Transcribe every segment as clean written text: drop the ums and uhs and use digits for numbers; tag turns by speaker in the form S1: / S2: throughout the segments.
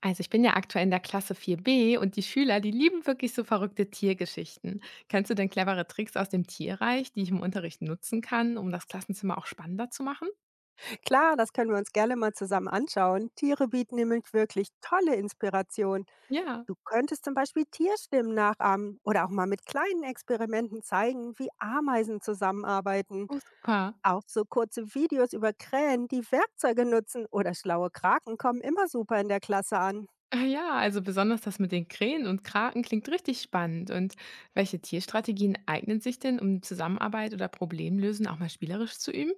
S1: Also ich bin ja aktuell in der Klasse 4b und die Schüler, die lieben wirklich so verrückte Tiergeschichten. Kennst du denn clevere Tricks aus dem Tierreich, die ich im Unterricht nutzen kann, um das Klassenzimmer auch spannender zu machen?
S2: Klar, das können wir uns gerne mal zusammen anschauen. Tiere bieten nämlich wirklich tolle Inspiration.
S1: Ja,
S2: Du könntest zum Beispiel Tierstimmen nachahmen oder auch mal mit kleinen Experimenten zeigen, wie Ameisen zusammenarbeiten.
S1: oh super.
S2: Auch so kurze Videos über Krähen, die Werkzeuge nutzen oder schlaue Kraken kommen immer super in der Klasse an.
S1: Ah ja, also besonders das mit den Krähen und Kraken klingt richtig spannend. Und welche Tierstrategien eignen sich denn, um Zusammenarbeit oder Problemlösen auch mal spielerisch zu üben?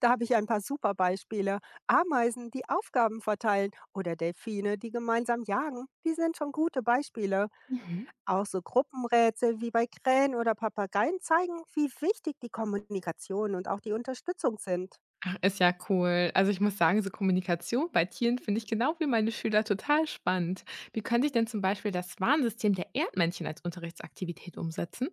S2: Da habe ich ein paar super Beispiele. Ameisen, die Aufgaben verteilen oder Delfine, die gemeinsam jagen, die sind schon gute Beispiele.
S1: Mhm.
S2: Auch so Gruppenrätsel wie bei Krähen oder Papageien zeigen, wie wichtig die Kommunikation und auch die Unterstützung sind.
S1: Ach, ist ja cool. Also, ich muss sagen, so Kommunikation bei Tieren finde ich genau wie meine Schüler total spannend. Wie könnte ich denn zum Beispiel das Warnsystem der Erdmännchen als Unterrichtsaktivität umsetzen?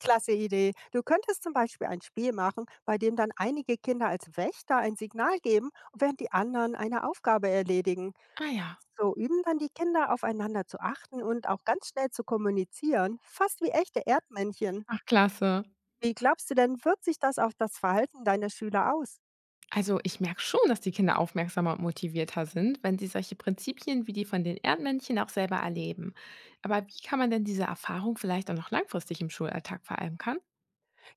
S2: Klasse Idee. Du könntest zum Beispiel ein Spiel machen, bei dem dann einige Kinder als Wächter ein Signal geben, während die anderen eine Aufgabe erledigen.
S1: Ah ja.
S2: So üben dann die Kinder aufeinander zu achten und auch ganz schnell zu kommunizieren, fast wie echte Erdmännchen.
S1: Ach, klasse.
S2: Wie glaubst du denn, wirkt sich das auf das Verhalten deiner Schüler aus?
S1: Also, ich merke schon, dass die Kinder aufmerksamer und motivierter sind, wenn sie solche Prinzipien wie die von den Erdmännchen auch selber erleben. Aber wie kann man denn diese Erfahrung vielleicht auch noch langfristig im Schulalltag verankern?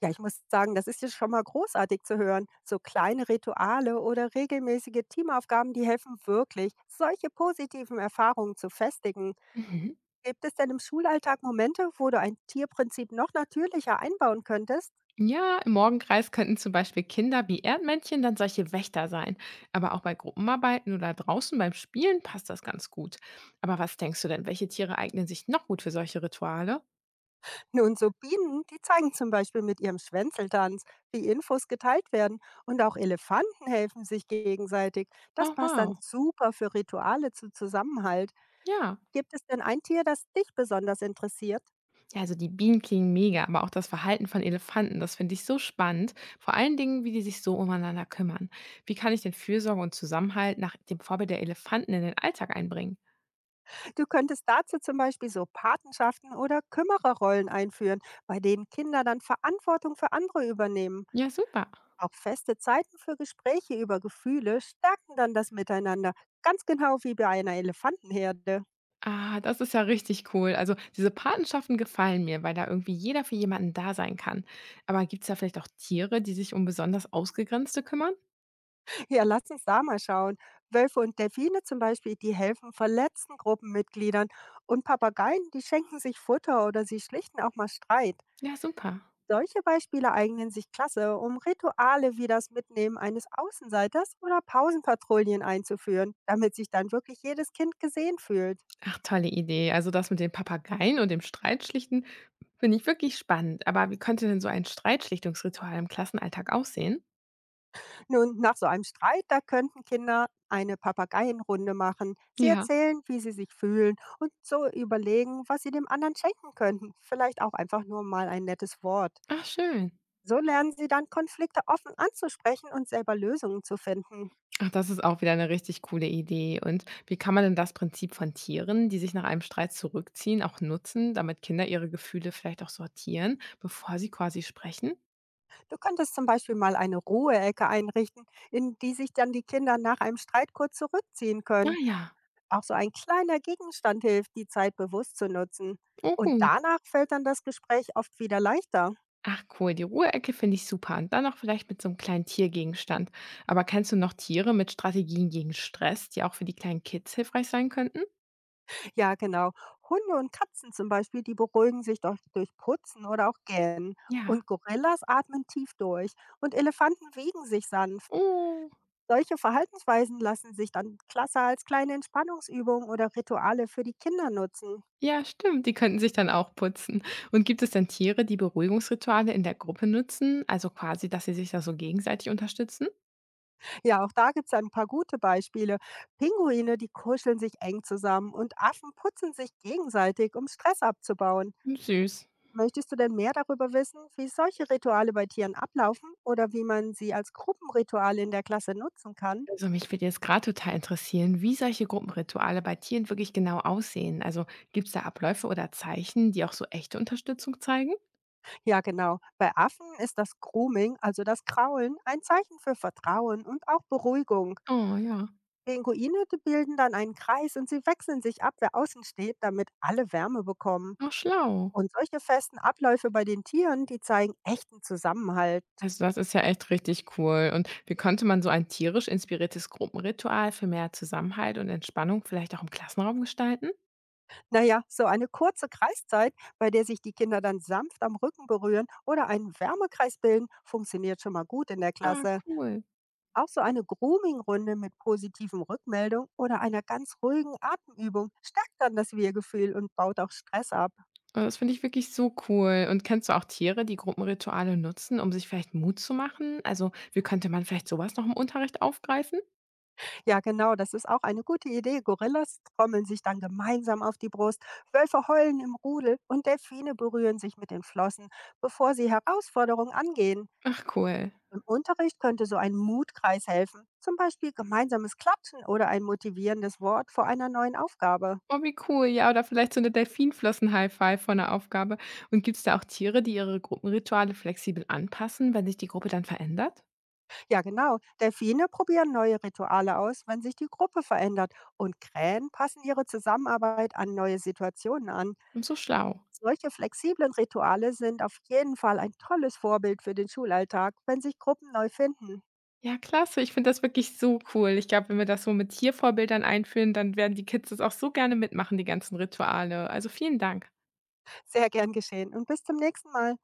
S2: Ja, ich muss sagen, das ist ja schon mal großartig zu hören. So kleine Rituale oder regelmäßige Teamaufgaben, die helfen wirklich, solche positiven Erfahrungen zu festigen.
S1: Mhm.
S2: Gibt es denn im Schulalltag Momente, wo du ein Tierprinzip noch natürlicher einbauen könntest?
S1: Ja, im Morgenkreis könnten zum Beispiel Kinder wie Erdmännchen dann solche Wächter sein. Aber auch bei Gruppenarbeiten oder draußen beim Spielen passt das ganz gut. Aber was denkst du denn, welche Tiere eignen sich noch gut für solche Rituale?
S2: Nun, so Bienen, die zeigen zum Beispiel mit ihrem Schwänzeltanz, wie Infos geteilt werden. Und auch Elefanten helfen sich gegenseitig. Das
S1: Oh
S2: passt dann
S1: wow,
S2: super für Rituale zu Zusammenhalt.
S1: ja.
S2: Gibt es denn ein Tier, das dich besonders interessiert?
S1: Ja, also die Bienen klingen mega, aber auch das Verhalten von Elefanten, das finde ich so spannend. Vor allen Dingen, wie die sich so umeinander kümmern. Wie kann ich den Fürsorge und Zusammenhalt nach dem Vorbild der Elefanten in den Alltag einbringen?
S2: Du könntest dazu zum Beispiel so Patenschaften oder Kümmererrollen einführen, bei denen Kinder dann Verantwortung für andere übernehmen.
S1: Ja, super.
S2: Auch feste Zeiten für Gespräche über Gefühle stärken dann das Miteinander, ganz genau wie bei einer Elefantenherde.
S1: Ah, das ist ja richtig cool. Also diese Patenschaften gefallen mir, weil da irgendwie jeder für jemanden da sein kann. Aber gibt es da vielleicht auch Tiere, die sich um besonders Ausgegrenzte kümmern?
S2: Ja, lass uns da mal schauen. Wölfe und Delfine zum Beispiel, die helfen verletzten Gruppenmitgliedern. Und Papageien, die schenken sich Futter oder sie schlichten auch mal Streit.
S1: Ja, super.
S2: Solche Beispiele eignen sich klasse, um Rituale wie das Mitnehmen eines Außenseiters oder Pausenpatrouillen einzuführen, damit sich dann wirklich jedes Kind gesehen fühlt.
S1: Ach, tolle Idee. Also das mit den Papageien und dem Streitschlichten finde ich wirklich spannend. Aber wie könnte denn so ein Streitschlichtungsritual im Klassenalltag aussehen?
S2: Nun, nach so einem Streit, da könnten Kinder eine Papageienrunde machen. Sie
S1: Ja,
S2: erzählen, wie sie sich fühlen und so überlegen, was sie dem anderen schenken könnten. Vielleicht auch einfach nur mal ein nettes Wort.
S1: ach, schön.
S2: So lernen sie dann, Konflikte offen anzusprechen und selber Lösungen zu finden.
S1: Ach, das ist auch wieder eine richtig coole Idee. Und wie kann man denn das Prinzip von Tieren, die sich nach einem Streit zurückziehen, auch nutzen, damit Kinder ihre Gefühle vielleicht auch sortieren, bevor sie quasi sprechen?
S2: Du könntest zum Beispiel mal eine Ruheecke einrichten, in die sich dann die Kinder nach einem Streit kurz zurückziehen
S1: Ja,
S2: können.
S1: ja,
S2: Auch so ein kleiner Gegenstand hilft, die Zeit bewusst zu nutzen.
S1: oh
S2: Und
S1: gut.
S2: danach fällt dann das Gespräch oft wieder leichter.
S1: Ach cool, die Ruheecke finde ich super und dann noch vielleicht mit so einem kleinen Tiergegenstand. Aber kennst du noch Tiere mit Strategien gegen Stress, die auch für die kleinen Kids hilfreich sein könnten?
S2: Ja, genau. Hunde und Katzen zum Beispiel, die beruhigen sich durch Putzen oder auch Gähnen.
S1: Ja.
S2: Und Gorillas atmen tief durch. Und Elefanten wiegen sich sanft.
S1: Oh.
S2: Solche Verhaltensweisen lassen sich dann klasse als kleine Entspannungsübungen oder Rituale für die Kinder nutzen.
S1: Ja, stimmt, die könnten sich dann auch putzen. Und gibt es denn Tiere, die Beruhigungsrituale in der Gruppe nutzen, also quasi, dass sie sich da so gegenseitig unterstützen?
S2: Ja, auch da gibt es ein paar gute Beispiele. Pinguine, die kuscheln sich eng zusammen und Affen putzen sich gegenseitig, um Stress abzubauen.
S1: Hm, süß.
S2: Möchtest du denn mehr darüber wissen, wie solche Rituale bei Tieren ablaufen oder wie man sie als Gruppenrituale in der Klasse nutzen kann?
S1: Also mich würde jetzt gerade total interessieren, wie solche Gruppenrituale bei Tieren wirklich genau aussehen. Also gibt es da Abläufe oder Zeichen, die auch so echte Unterstützung zeigen?
S2: Ja, genau. Bei Affen ist das Grooming, also das Kraulen, ein Zeichen für Vertrauen und auch Beruhigung.
S1: Oh ja,
S2: Pinguine, die bilden dann einen Kreis und sie wechseln sich ab, wer außen steht, damit alle Wärme bekommen.
S1: auch schlau.
S2: Und solche festen Abläufe bei den Tieren, die zeigen echten Zusammenhalt.
S1: Also das ist ja echt richtig cool. Und wie konnte man so ein tierisch inspiriertes Gruppenritual für mehr Zusammenhalt und Entspannung vielleicht auch im Klassenraum gestalten?
S2: Na ja, so eine kurze Kreiszeit, bei der sich die Kinder dann sanft am Rücken berühren oder einen Wärmekreis bilden, funktioniert schon mal gut in der
S1: Ah,
S2: Klasse.
S1: cool.
S2: Auch so eine Grooming-Runde mit positiven Rückmeldungen oder einer ganz ruhigen Atemübung stärkt dann das Wir-Gefühl und baut auch Stress ab.
S1: Das finde ich wirklich so cool. Und kennst du auch Tiere, die Gruppenrituale nutzen, um sich vielleicht Mut zu machen? Also, wie könnte man vielleicht sowas noch im Unterricht aufgreifen?
S2: Ja, genau, das ist auch eine gute Idee. Gorillas trommeln sich dann gemeinsam auf die Brust, Wölfe heulen im Rudel und Delfine berühren sich mit den Flossen, bevor sie Herausforderungen angehen.
S1: Ach cool.
S2: Im Unterricht könnte so ein Mutkreis helfen, zum Beispiel gemeinsames Klatschen oder ein motivierendes Wort vor einer neuen Aufgabe.
S1: Oh, wie cool. Ja, oder vielleicht so eine Delfinflossen-High-Five vor 'ner Aufgabe. Und gibt es da auch Tiere, die ihre Gruppenrituale flexibel anpassen, wenn sich die Gruppe dann verändert?
S2: Ja, genau. Delfine probieren neue Rituale aus, wenn sich die Gruppe verändert und Krähen passen ihre Zusammenarbeit an neue Situationen an.
S1: Und so schlau.
S2: Solche flexiblen Rituale sind auf jeden Fall ein tolles Vorbild für den Schulalltag, wenn sich Gruppen neu finden.
S1: Ja, klasse. Ich finde das wirklich so cool. Ich glaube, wenn wir das so mit Tiervorbildern einführen, dann werden die Kids das auch so gerne mitmachen, die ganzen Rituale. Also, vielen Dank.
S2: Sehr gern geschehen und bis zum nächsten Mal.